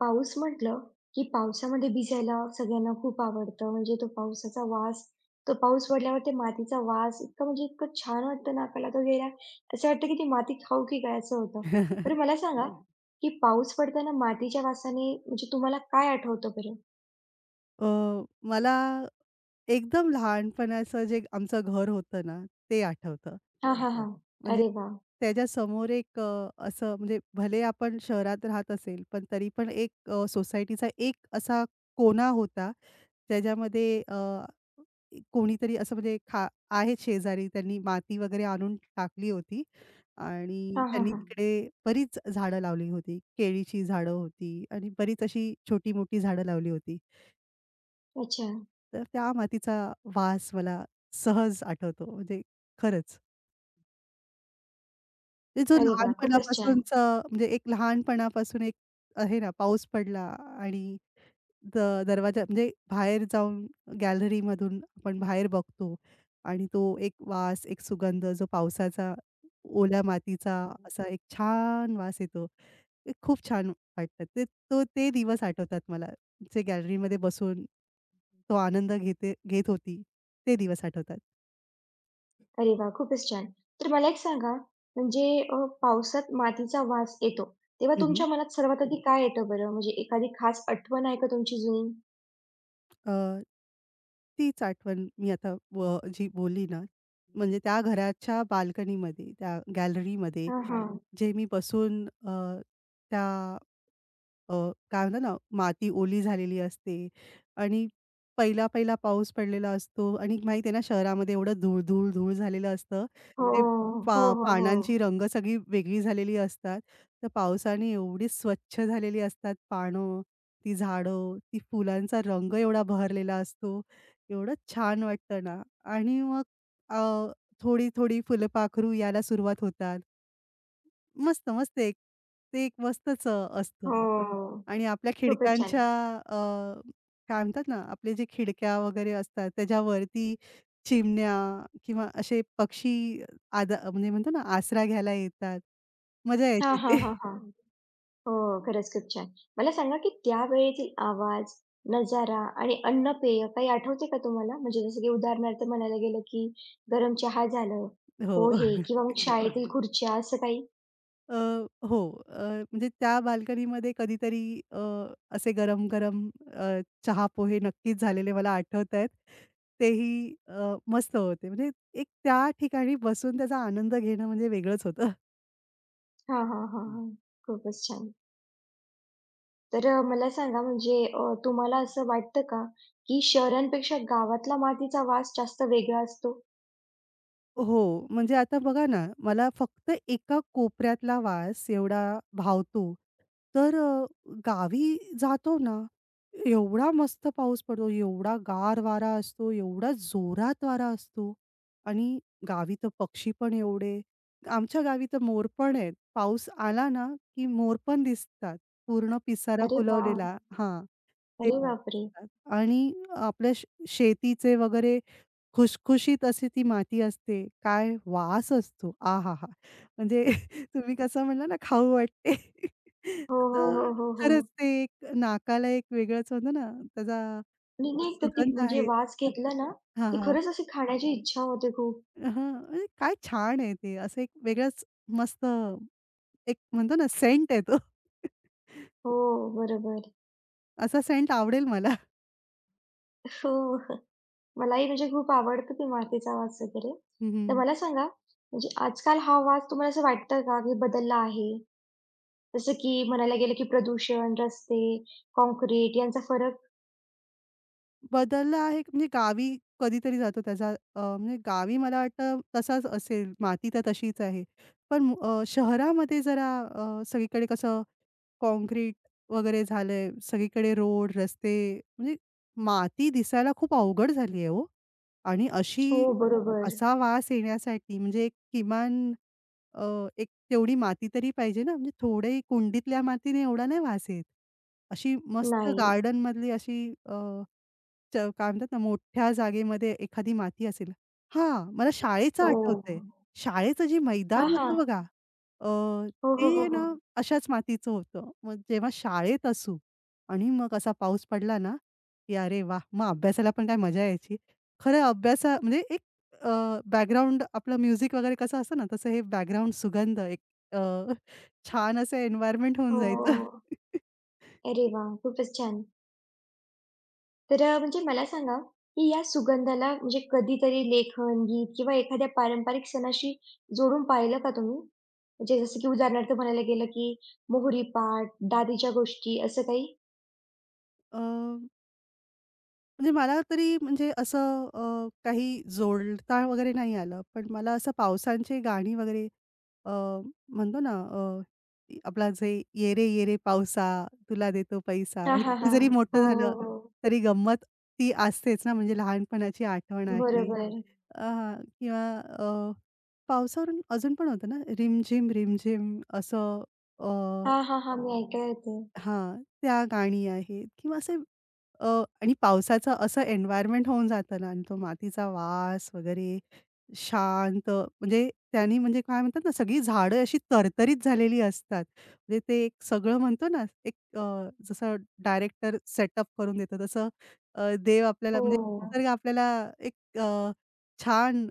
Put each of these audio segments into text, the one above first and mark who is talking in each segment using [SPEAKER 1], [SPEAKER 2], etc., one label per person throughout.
[SPEAKER 1] पाऊस म्हटलं, की पावसामध्ये भिजायला सगळ्यांना खूप आवडतं. म्हणजे तो पावसाचा वास, तो पाऊस पडल्यावर ते मातीचा वास इतका म्हणजे इतकं छान वाटतं नाकाला तो गेला, असं वाटतं की ती माती खाऊ की काय असं होतं.
[SPEAKER 2] हं.
[SPEAKER 1] तर मला सांगा, हं. की पाऊस पडताना मातीच्या वासाने म्हणजे तुम्हाला काय आठवतं बरं?
[SPEAKER 2] अ, मला एकदम लहानपणाचं जे आमचं घर होतं ना, ते आठवतं.
[SPEAKER 1] हां, हां, हां.
[SPEAKER 2] म्हणजे
[SPEAKER 1] अरे वाह!
[SPEAKER 2] त्याच्यासमोर एक असं म्हणजे भले आपण शहरात राहत असेल, पण तरी पण एक सोसायटीचा एक असा कोना होता, ज्याच्यामध्ये कोणीतरी असं म्हणजे आहेत शेजारी, त्यांनी माती वगैरे आणून टाकली होती आणि
[SPEAKER 1] हां, हां,
[SPEAKER 2] त्यांनी
[SPEAKER 1] हां.
[SPEAKER 2] तिकडे बरीच झाडं लावली होती. केळीची झाडं होती आणि बरीच अशी छोटी-मोठी झाडं लावली होती.
[SPEAKER 1] अच्छा.
[SPEAKER 2] तर त्या मातीचा वास मला सहज आठवतो. म्हणजे खरंच. ते जो
[SPEAKER 1] अरे वाह! खूपच छान.
[SPEAKER 2] लहानपणापासूनचं म्हणजे एक लहानपणापासून एक आहे ना, पाऊस पडला आणि द दरवाजा म्हणजे बाहेर जाऊन गॅलरीमधून आपण बाहेर बघतो आणि तो एक वास, एक सुगंध जो पावसाचा, ओल्या मातीचा असा एक छान वास येतो. ते खूप छान वाटतात. ते तो ते दिवस आठवतात मला, जे गॅलरीमध्ये बसून तो आनंद घेत होती, ते दिवस आठवतात.
[SPEAKER 1] अरे वाह! खूपच छान. तर मला एक सांगा, म्हणजे अ, पावसात मातीचा वास येतो, तेव्हा
[SPEAKER 2] हं,
[SPEAKER 1] तुमच्या मनात सर्वात आधी काय येतं बरं? म्हणजे एखादी खास आठवण आहे का तुमची जुनी?
[SPEAKER 2] अ, तीच आठवण मी आता जी बोलली ना, म्हणजे त्या घराच्या बाल्कनीमध्ये, त्या गॅलरीमध्ये
[SPEAKER 1] हां, हां.
[SPEAKER 2] जे मी बसून त्या अ, काय म्हणतात ना, माती ओली झालेली असते आणि पहिला-पहिला पाऊस पडलेला असतो आणि माहिती आहे ना, शहरामध्ये एवढं धूळ, धूळ, धूळ झालेलं असतं.
[SPEAKER 1] हो,
[SPEAKER 2] ते
[SPEAKER 1] हो, हो, हो.
[SPEAKER 2] पानांची रंग सगळी वेगळी झालेली असतात. तर पावसाने एवढी स्वच्छ झालेली असतात पानं, ती झाडं, ती फुलांचा रंग एवढा बहरलेला असतो. एवढं छान वाटतं ना आणि मग अ, थोडी-थोडी फुलपाखरू यायला सुरुवात होतात. मस्त, मस्त एक ते एक मस्तच
[SPEAKER 1] हो.
[SPEAKER 2] असतं. आणि आपल्या
[SPEAKER 1] खूपच
[SPEAKER 2] खिडक्यांच्या
[SPEAKER 1] छान.
[SPEAKER 2] अ, काय म्हणतात ना, आपले जे खिडक्या वगैरे असतात त्याच्यावरती चिमण्या किंवा असे पक्षी म्हणजे म्हणतो ना, आसरा घ्यायला येतात. मजा
[SPEAKER 1] हां,
[SPEAKER 2] यायची
[SPEAKER 1] हां,
[SPEAKER 2] ते.
[SPEAKER 1] हां, हां. हो, खरंच खूप छान. मला सांगा, की त्यावेळेतील आवाज, नजारा आणि अन्न-पेय काही आठवते का तुम्हाला? म्हणजे जसं की उदाहरणार्थ म्हणायला गेलं, की गरम चहा झालं,
[SPEAKER 2] हो.
[SPEAKER 1] पोहे किंवा मग शाळेतील खुर्च्या असं काही?
[SPEAKER 2] अ, हो. अ, म्हणजे त्या बाल्कनीमध्ये कधीतरी असे गरम-गरम चहा पोहे नक्कीच झालेले मला आठवतायत. तेही मस्त होते. म्हणजे एक त्या ठिकाणी बसून त्याचा आनंद घेणं म्हणजे वेगळंच होतं.
[SPEAKER 1] हां, हां, हां, हां. खूपच छान. तर मला सांगा म्हणजे तुम्हाला असं वाटतं का, की शहरांपेक्षा गावातला मातीचा वास जास्त वेगळा असतो?
[SPEAKER 2] हो, म्हणजे आता बघा ना, मला फक्त एका कोपऱ्यातला वास एवढा भावतो. तर गावी जातो ना, एवढा मस्त पाऊस पडतो, एवढा गार वारा असतो, एवढा जोरात वारा असतो आणि गावी तर पक्षी पण एवढे आमच्या गावी तर मोर पण आहेत. पाऊस आला ना, की मोर पण दिसतात. पूर्ण पिसारा
[SPEAKER 1] अरे वाह!
[SPEAKER 2] फुलवलेला हां, ते
[SPEAKER 1] अरे बापरे!
[SPEAKER 2] दिसतात आणि आपल्या शेतीचे वगैरे खुशखुशीत अशी ती माती असते. काय वास असतो! आहाहा! म्हणजे तुम्ही कसं म्हणाला ना, खाऊ वाटते.
[SPEAKER 1] हो, हो,
[SPEAKER 2] तर
[SPEAKER 1] हो, हो, हो.
[SPEAKER 2] खरंच ते एक नाकाला एक वेगळंच होतं ना, त्याचा
[SPEAKER 1] आणि नाही का ते
[SPEAKER 2] सुगंध
[SPEAKER 1] म्हणजे
[SPEAKER 2] आहे.
[SPEAKER 1] वास घेतला ना,
[SPEAKER 2] हां,
[SPEAKER 1] की
[SPEAKER 2] हां.
[SPEAKER 1] खरंच अशी खाण्याची इच्छा होते खूप.
[SPEAKER 2] हां, म्हणजे काय छान आहे ते. असं एक वेगळंच मस्त एक म्हणतो ना, सेंट आहे तो.
[SPEAKER 1] हो, बरोबर.
[SPEAKER 2] असा सेंट आवडेल मला.
[SPEAKER 1] हो. मलाही म्हणजे खूप आवडतं ते मातीचा वास वगैरे. तर
[SPEAKER 2] हं,
[SPEAKER 1] मला सांगा, म्हणजे आजकाल हा वास तुम्हाला असं वाटतं का, की बदलला आहे? जसं की म्हणायला गेलं की प्रदूषण, रस्ते, काँक्रीट यांचा फरक
[SPEAKER 2] बदललं आहे म्हणजे गावी कधीतरी जातो त्याचा म्हणजे गावी मला वाटतं तसाच असेल, माती तर तशीच आहे. पण शहरामध्ये जरा सगळीकडे कसं काँक्रीट वगैरे झालंय, सगळीकडे रोड, रस्ते म्हणजे माती दिसायला खूप अवघड झाली आहे हो. आणि अशी
[SPEAKER 1] हो, बरोबर.
[SPEAKER 2] असा वास येण्यासाठी म्हणजे एक किमान एक तेवढी माती तरी पाहिजे ना, म्हणजे थोडे कुंडीतल्या मातीने एवढा नाही वास येत. अशी मस्त
[SPEAKER 1] नाही.
[SPEAKER 2] गार्डनमधली अशी अ, काय म्हणतात ना, मोठ्या जागेमध्ये एखादी माती असेल. हां, मला शाळेचं
[SPEAKER 1] हो, हो. हो,
[SPEAKER 2] आठवतंय.
[SPEAKER 1] हो.
[SPEAKER 2] शाळेचं जे
[SPEAKER 1] हां,
[SPEAKER 2] मैदान
[SPEAKER 1] हां.
[SPEAKER 2] होतं बघा, अ,
[SPEAKER 1] हो, हो, हो,
[SPEAKER 2] ते ना
[SPEAKER 1] हो.
[SPEAKER 2] अशाच मातीचं होतं. मग जेव्हा शाळेत असू आणि मग असा पाऊस पडला ना, की अरे वाह! मग अभ्यासाला पण काय मजा यायची. खरं म्हणजे बॅकग्राऊंड आपलं म्युझिक वगैरे कसं असतं ना, तसं हे बॅकग्राऊंड सुगंध एक अ, छान असं एन्व्हायर्नमेंट होऊन
[SPEAKER 1] हो,
[SPEAKER 2] जायचं.
[SPEAKER 1] हो. अरे वाह! खूपच छान. तर म्हणजे मला सांगा, की या सुगंधाला म्हणजे कधीतरी लेखन, गीत किंवा एखाद्या पारंपरिक सणाशी जोडून पाहिलं का तुम्ही? म्हणजे जसं की उदाहरणार्थ म्हणायला गेलं की मोहरी पाट, दादीच्या गोष्टी असं काही?
[SPEAKER 2] अ म्हणजे मला तरी म्हणजे असं काही जोडता वगैरे नाही आलं. पण मला असं पावसांची गाणी वगैरे अ, म्हणतो ना, आपला जे "ये रे ये रे पावसा तुला देतो पैसा."
[SPEAKER 1] हां,
[SPEAKER 2] म्हणजे
[SPEAKER 1] हां,
[SPEAKER 2] किती
[SPEAKER 1] हां.
[SPEAKER 2] जरी मोठं
[SPEAKER 1] हो, हो,
[SPEAKER 2] झालं
[SPEAKER 1] हो.
[SPEAKER 2] तरी गंमत ती असतेच ना, म्हणजे लहानपणाची आठवण आहे.
[SPEAKER 1] बरोबर.
[SPEAKER 2] हां किंवा अ, पावसावरून अजून पण होतं ना, रिमझिम, रिमझिम असं
[SPEAKER 1] हां, हां, हां. मी ऐकलं होतं.
[SPEAKER 2] हां, त्या गाणी आहेत किंवा असे अ, आणि पावसाचं असं एन्व्हायर्नमेंट होऊन जातं ना आणि तो मातीचा वास वगैरे शांत म्हणजे त्यानी म्हणजे काय म्हणतात ना, सगळी झाडं अशी तरतरीत झालेली असतात. म्हणजे ते एक सगळं म्हणतो ना, एक जसं डायरेक्टर सेटअप करून देतो तसं देव आपल्याला
[SPEAKER 1] हो.
[SPEAKER 2] म्हणजे निसर्ग आपल्याला एक छान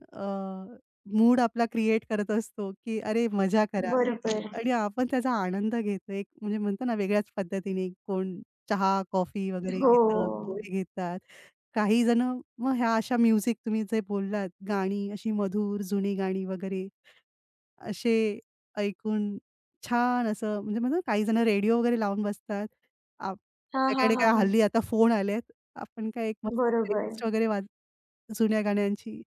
[SPEAKER 2] मूड आपला क्रिएट करत असतो, की अरे मजा करा.
[SPEAKER 1] बरोबर.
[SPEAKER 2] आणि आपण त्याचा आनंद घेतो. एक म्हणजे म्हणतो ना वेगळ्याच पद्धतीने कोण चहा, कॉफी वगैरे घेतं,
[SPEAKER 1] हो.
[SPEAKER 2] पोहे घेतात. काही जण मग ह्या अशा म्युझिक तुम्ही जे बोललात गाणी अशी मधुर जुनी गाणी वगैरे असे ऐकून छान असं म्हणजे म्हणतो ना काही जण रेडिओ वगैरे लावून बसतात. आप
[SPEAKER 1] हां, हां,
[SPEAKER 2] आपल्याकडे
[SPEAKER 1] हां,
[SPEAKER 2] काय
[SPEAKER 1] हां.
[SPEAKER 2] हल्ली आता फोन आलेत. आपण काय एक मस्त
[SPEAKER 1] बरोबर.
[SPEAKER 2] प्लेलिस्ट वगैरे जुन्या गाण्यांची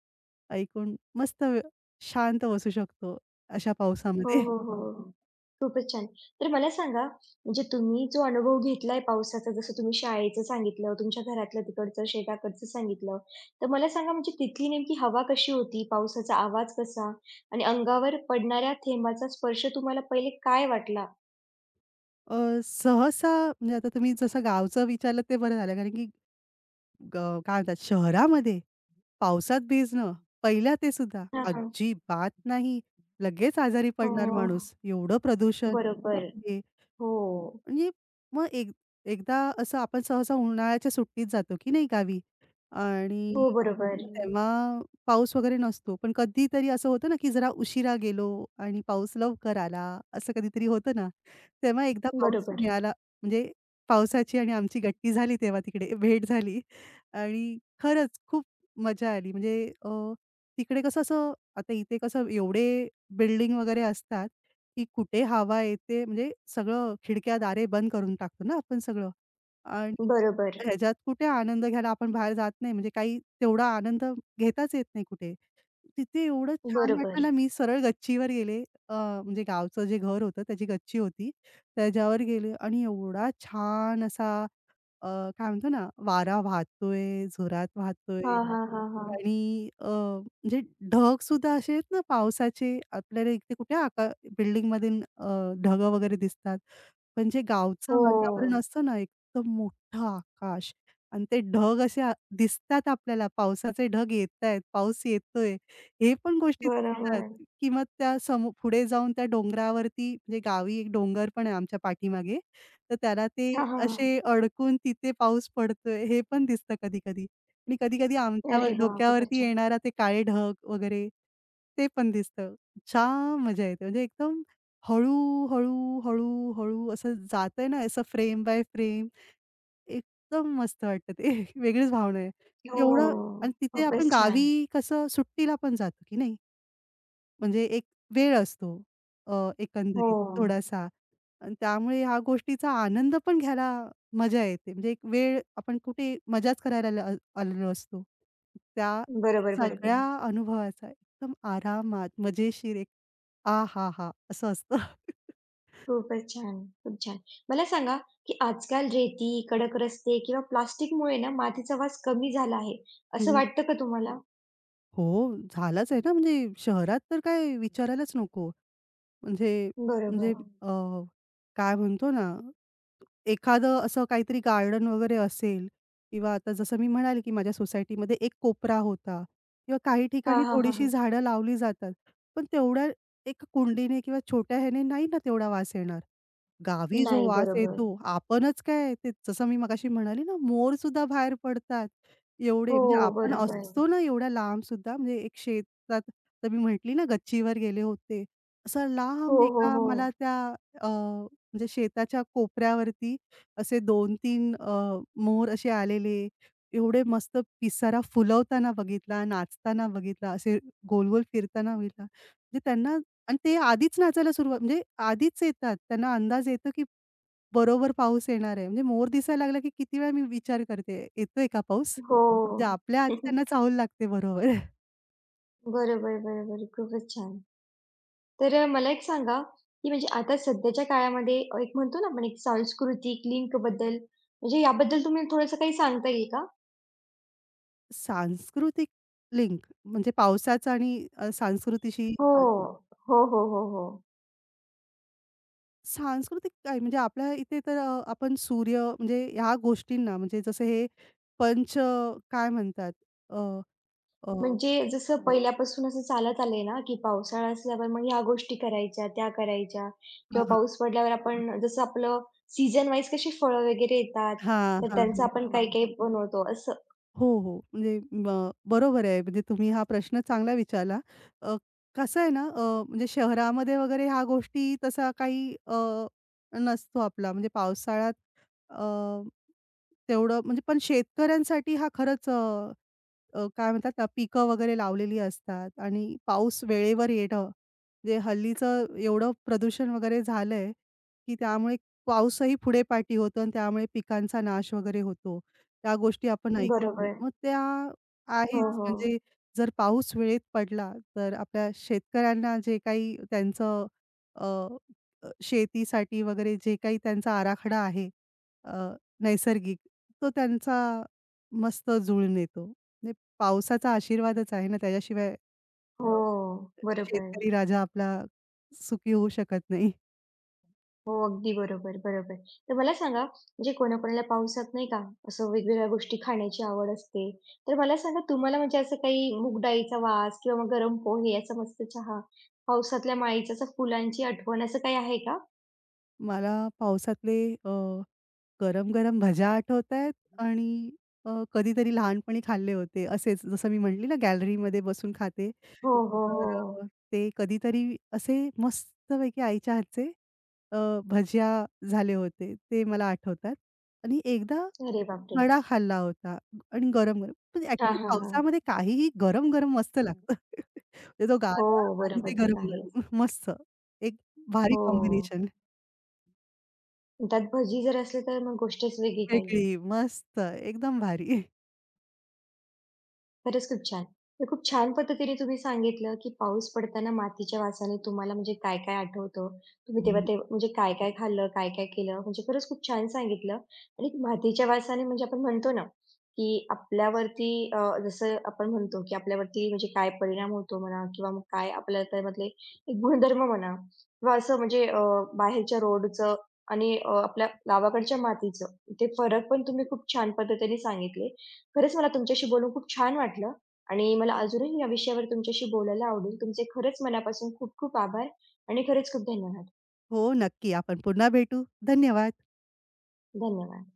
[SPEAKER 2] ऐकून मस्त शांत बसू शकतो अशा
[SPEAKER 1] हो,
[SPEAKER 2] पावसामध्ये.
[SPEAKER 1] हो, हो, हो. खूपच छान. तर मला सांगा, म्हणजे तुम्ही जो अनुभव घेतलाय पावसाचा, जसं तुम्ही शाळेचं सांगितलं, तुमच्या घरातलं तिकडचं, शेताकडचं सांगितलं. तर मला सांगा म्हणजे तिथली नेमकी हवा कशी होती? पावसाचा आवाज कसा? आणि अंगावर पडणाऱ्या थेंबाचा स्पर्श तुम्हाला पहिले काय वाटला?
[SPEAKER 2] सहसा म्हणजे आता तुम्ही जसं गावचं विचारलं ते बरं झालं कारण की ग काय म्हणतात शहरामध्ये पावसात भिजणं, पहिल्या ते सुद्धा
[SPEAKER 1] हां, हां.
[SPEAKER 2] अजिबात नाही. लगेच आजारी
[SPEAKER 1] हो.
[SPEAKER 2] पडणार माणूस. एवढं प्रदूषण.
[SPEAKER 1] बरोबर. हो.
[SPEAKER 2] म्हणजे मग एक एकदा असं आपण सहसा उन्हाळ्याच्या सुट्टीत जातो की नाही गावी
[SPEAKER 1] हो,
[SPEAKER 2] आणि
[SPEAKER 1] बरोबर.
[SPEAKER 2] मग तेव्हा पाऊस वगैरे नसतो. पण कधीतरी असं होतं ना, की जरा उशिरा गेलो आणि पाऊस लवकर आला, असं कधीतरी होतं ना. तेव्हा एकदा पाऊस
[SPEAKER 1] बरोबर.
[SPEAKER 2] मिळाला म्हणजे पावसाची आणि आमची गट्टी झाली तेव्हा तिकडे भेट झाली आणि खरंच खूप मजा आली. म्हणजे अ, तिकडे कसं असं आता इथे कसं एवढे बिल्डिंग वगैरे असतात. की कुठे हवा येते म्हणजे सगळं खिडक्या, दारे बंद करून टाकतो ना आपण सगळं. आणि
[SPEAKER 1] बरोबर.
[SPEAKER 2] ह्याच्यात कुठे आनंद घ्यायला आपण बाहेर जात नाही. म्हणजे काही तेवढा आनंद घेताच येत नाही कुठे. तिथे एवढं छान वाटलं
[SPEAKER 1] बरोबर.
[SPEAKER 2] ना, मी सरळ गच्चीवर गेले. अ, म्हणजे गावचं जे घर होतं त्याची गच्ची होती. त्याच्यावर गेले आणि एवढा छान असा अ, काय म्हणतो ना, वारा वाहतोय, जोरात वाहतोय.
[SPEAKER 1] हां, हां, हां, हां.
[SPEAKER 2] आणि म्हणजे ढगसुद्धा असे आहेत ना पावसाचे आपल्याला इथे कुठे बिल्डिंगमध्ये अ, ढगं वगैरे दिसतात. पण जे
[SPEAKER 1] हो,
[SPEAKER 2] गावचं वातावरण
[SPEAKER 1] म्हणजे
[SPEAKER 2] असतं ना एकदम मोठं आकाश आणि ते ढग असे दिसतात आपल्याला पावसाचे ढग येतायत, पाऊस येतोय हे पण गोष्टी दिसतात.
[SPEAKER 1] बरोबर.
[SPEAKER 2] की त्या पुढे जाऊन त्या डोंगरावरती म्हणजे गावी एक डोंगर पण आहे आमच्या पाठीमागे. तर त्याला ते
[SPEAKER 1] हां, हां, हं.
[SPEAKER 2] असे अडकून तिथे पाऊस पडतोय हे पण दिसतं कधी-कधी. आणि कधी-कधी
[SPEAKER 1] हां. अरे
[SPEAKER 2] आमच्यावर
[SPEAKER 1] वाह! खूपच
[SPEAKER 2] डोक्यावरती
[SPEAKER 1] छान.
[SPEAKER 2] येणारा ते काळे ढग वगैरे ते पण दिसतं. छान मजा येते. म्हणजे एकदम हळू, हळू, हळू, हळू असं जातंय ना, असं फ्रेम बाय फ्रेम एकदम मस्त वाटतं ते. वेगळीच भावना आहे.
[SPEAKER 1] हो, हो,
[SPEAKER 2] एवढं
[SPEAKER 1] हो.
[SPEAKER 2] आणि तिथे आपण
[SPEAKER 1] खूपच छान.
[SPEAKER 2] गावी कसं सुट्टीला पण जातो की नाही? म्हणजे एक वेळ असतो
[SPEAKER 1] हो,
[SPEAKER 2] एकंदरीत थोडासा आणि त्यामुळे ह्या गोष्टीचा आनंद पण घ्यायला मजा येते. म्हणजे एक वेळ आपण कुठे मजाच करायला आलेलो असतो. त्या
[SPEAKER 1] बरोबर,
[SPEAKER 2] सगळ्या
[SPEAKER 1] बरोबर.
[SPEAKER 2] अनुभवाचा एकदम आरामात, मजेशीर एक आहाहा! असं असतं.
[SPEAKER 1] खूपच छान, खूप छान. मला सांगा, की आजकाल रेती, कडक रस्ते किंवा प्लास्टिकमुळे ना मातीचा वास कमी झाला आहे, असं
[SPEAKER 2] हं.
[SPEAKER 1] वाटतं का तुम्हाला?
[SPEAKER 2] हो, झालाच आहे ना, म्हणजे शहरात तर काय विचारायलाच नको. म्हणजे
[SPEAKER 1] बरोबर.
[SPEAKER 2] म्हणजे
[SPEAKER 1] नाही.
[SPEAKER 2] अ, काय म्हणतो ना एखादं असं काहीतरी गार्डन वगैरे असेल किंवा आता जसं मी म्हणाले, की माझ्या सोसायटीमध्ये एक कोपरा होता किंवा काही
[SPEAKER 1] हां,
[SPEAKER 2] ठिकाणी
[SPEAKER 1] हां, हां,
[SPEAKER 2] थोडीशी
[SPEAKER 1] हां.
[SPEAKER 2] झाडं लावली जातात. पण तेवढ्या एका कुंडीने किंवा छोट्या ह्याने नाही ना तेवढा वास येणार. गावी जो
[SPEAKER 1] नाही,
[SPEAKER 2] वास
[SPEAKER 1] बरोबर.
[SPEAKER 2] येतो, आपणच काय ते जसं मी मगाशी म्हणाली ना, मोर सुद्धा बाहेर पडतात. एवढे
[SPEAKER 1] हो,
[SPEAKER 2] म्हणजे आपण
[SPEAKER 1] बरोबर.
[SPEAKER 2] असतो ना एवढ्या लांब सुद्धा म्हणजे एक शेतात तर मी म्हटली ना गच्चीवर गेले होते. असं
[SPEAKER 1] हो,
[SPEAKER 2] लांब
[SPEAKER 1] हो,
[SPEAKER 2] एका
[SPEAKER 1] हो.
[SPEAKER 2] मला त्या म्हणजे शेताच्या कोपऱ्यावरती असे 2-3 मोर असे आलेले. एवढे मस्त पिसारा फुलवताना बघितला, नाचताना बघितला, असे गोल-गोल फिरताना बघितला. म्हणजे त्यांना आणि ते आधीच नाचायला सुरुवात म्हणजे आधीच येतात. त्यांना अंदाज येतो, की बरोबर पाऊस येणार आहे. म्हणजे मोर दिसायला लागला, की किती वेळा मी विचार करते, येतोय का पाऊस?
[SPEAKER 1] हो.
[SPEAKER 2] म्हणजे आपल्या आधी त्यांना चाहूल लागते बरोबर.
[SPEAKER 1] बरोबर, बरोबर. खूपच छान. तर मला एक सांगा, की म्हणजे आता सध्याच्या काळामध्ये एक म्हणतो ना आपण एक सांस्कृतिक लिंकबद्दल म्हणजे याबद्दल तुम्ही थोडंसं काही सांगता येईल का?
[SPEAKER 2] सांस्कृतिक लिंक म्हणजे पावसाचा आणि संस्कृतीशी
[SPEAKER 1] हो. हो, हो, हो, हो.
[SPEAKER 2] सांस्कृतिक काय म्हणजे आपल्या इथे तर आपण सूर्य म्हणजे ह्या गोष्टींना म्हणजे जसं हे पंच काय म्हणतात? अ, अ,
[SPEAKER 1] म्हणजे जसं पहिल्यापासून असं चालत आलंय ना, की पावसाळा असल्यावर मग ह्या गोष्टी करायच्या, त्या करायच्या
[SPEAKER 2] हां,
[SPEAKER 1] किंवा
[SPEAKER 2] हां.
[SPEAKER 1] पाऊस पडल्यावर आपण जसं आपलं सीझन वाईज कशी फळं वगैरे येतात,
[SPEAKER 2] हां,
[SPEAKER 1] तर
[SPEAKER 2] हां,
[SPEAKER 1] त्यांचं आपण काही-काही बनवतो असं.
[SPEAKER 2] हो, हो. म्हणजे ब बरोबर आहे. म्हणजे तुम्ही हा प्रश्न चांगला विचारला. अ, कसं आहे ना, म्हणजे शहरामध्ये वगैरे ह्या गोष्टी तसा काही नसतो आपला. म्हणजे पावसाळ्यात अ, तेवढं म्हणजे पण शेतकऱ्यांसाठी हा खरंच अ, अ, काय म्हणतात ना, पिकं वगैरे लावलेली असतात आणि पाऊस वेळेवर येणं. म्हणजे हल्लीचं एवढं प्रदूषण वगैरे झालंय, की त्यामुळे पाऊसही पुढे पाठी होतो आणि त्यामुळे पिकांचा नाश वगैरे होतो. त्या गोष्टी आपण हं. ऐकतो.
[SPEAKER 1] बरोबर.
[SPEAKER 2] मग त्या आहेच
[SPEAKER 1] हो, हो.
[SPEAKER 2] म्हणजे जर पाऊस वेळेत पडला, तर आपल्या शेतकऱ्यांना जे काही त्यांचं अ, अ, शेतीसाठी वगैरे जे काही त्यांचा आराखडा आहे अ, नैसर्गिक, तो त्यांचा मस्त जुळून येतो. म्हणजे पावसाचा आशीर्वादच आहे ना, त्याच्याशिवाय
[SPEAKER 1] हो.
[SPEAKER 2] अ,
[SPEAKER 1] बरोबर.
[SPEAKER 2] शेतकरी राजा आपला सुखी होऊ शकत नाही.
[SPEAKER 1] हो, अगदी बरोबर, बरोबर. तर मला सांगा, म्हणजे कोणाकोणाला पावसात नाही का, असं वेगवेगळ्या गोष्टी खाण्याची आवड असते. तर मला सांगा, तुम्हाला म्हणजे असं काही मूग डाळीचा वास किंवा मग गरम पोहे, असा मस्त चहा, पावसातल्या माळीच्या असं फुलांची आठवण, असं काही आहे का?
[SPEAKER 2] मला पावसातले गरम-गरम भज्या आठवतायत आणि कधीतरी लहानपणी खाल्ले होते. असेच जसं मी म्हटली ना गॅलरीमध्ये बसून खाते.
[SPEAKER 1] हो, हो,
[SPEAKER 2] तर
[SPEAKER 1] हो.
[SPEAKER 2] अ, ते कधीतरी असे मस्तपैकी आईच्या हातचे अ, भजिया झाले होते. ते मला आठवतात. आणि एकदा
[SPEAKER 1] अरे बापरे!
[SPEAKER 2] वडा खाल्ला होता आणि गरम-गरम. पण
[SPEAKER 1] हां,
[SPEAKER 2] ॲक्चुअली
[SPEAKER 1] हां, हां.
[SPEAKER 2] पावसामध्ये काहीही गरम-गरम मस्त लागतं. म्हणजे तो
[SPEAKER 1] हो,
[SPEAKER 2] गारवा आणि
[SPEAKER 1] बरोबर,
[SPEAKER 2] ते
[SPEAKER 1] ते तर आहेच.
[SPEAKER 2] गरम-गरम मस्त. एक भारी
[SPEAKER 1] हो.
[SPEAKER 2] कॉम्बिनेशन.
[SPEAKER 1] त्यात भजी जर असले, तर मग गोष्टच वेगळी काही.
[SPEAKER 2] वेगळी, मस्त, एकदम भारी.
[SPEAKER 1] खरंच खूप छान. तर खूप छान पद्धतीने तुम्ही सांगितलं, की पाऊस पडताना मातीच्या वासाने तुम्हाला म्हणजे काय-काय आठवतं. तुम्ही तेव्हा
[SPEAKER 2] हं.
[SPEAKER 1] ते म्हणजे काय-काय खाल्लं, काय-काय केलं. म्हणजे खरंच खूप छान सांगितलं आणि मातीच्या वासाने म्हणजे आपण म्हणतो ना, की आपल्यावरती जसं आपण म्हणतो, की आपल्यावरती म्हणजे काय परिणाम होतो म्हणा किंवा मग काय आपल्या त्यामधले एक गुणधर्म म्हणा किंवा असं म्हणजे बाहेरच्या रोडचं आणि आपल्या गावाकडच्या मातीचं ते फरक पण तुम्ही खूप छान पद्धतीने सांगितले खरंच मला तुमच्याशी बोलून खूप छान वाटलं आणि मला अजूनही या विषयावर तुमच्याशी बोलायला आवडेल. तुमचे खरंच मनापासून खूप खूप आभार आणि खरंच खूप धन्यवाद.
[SPEAKER 2] हो, नक्की. आपण पुन्हा भेटू. धन्यवाद.
[SPEAKER 1] धन्यवाद.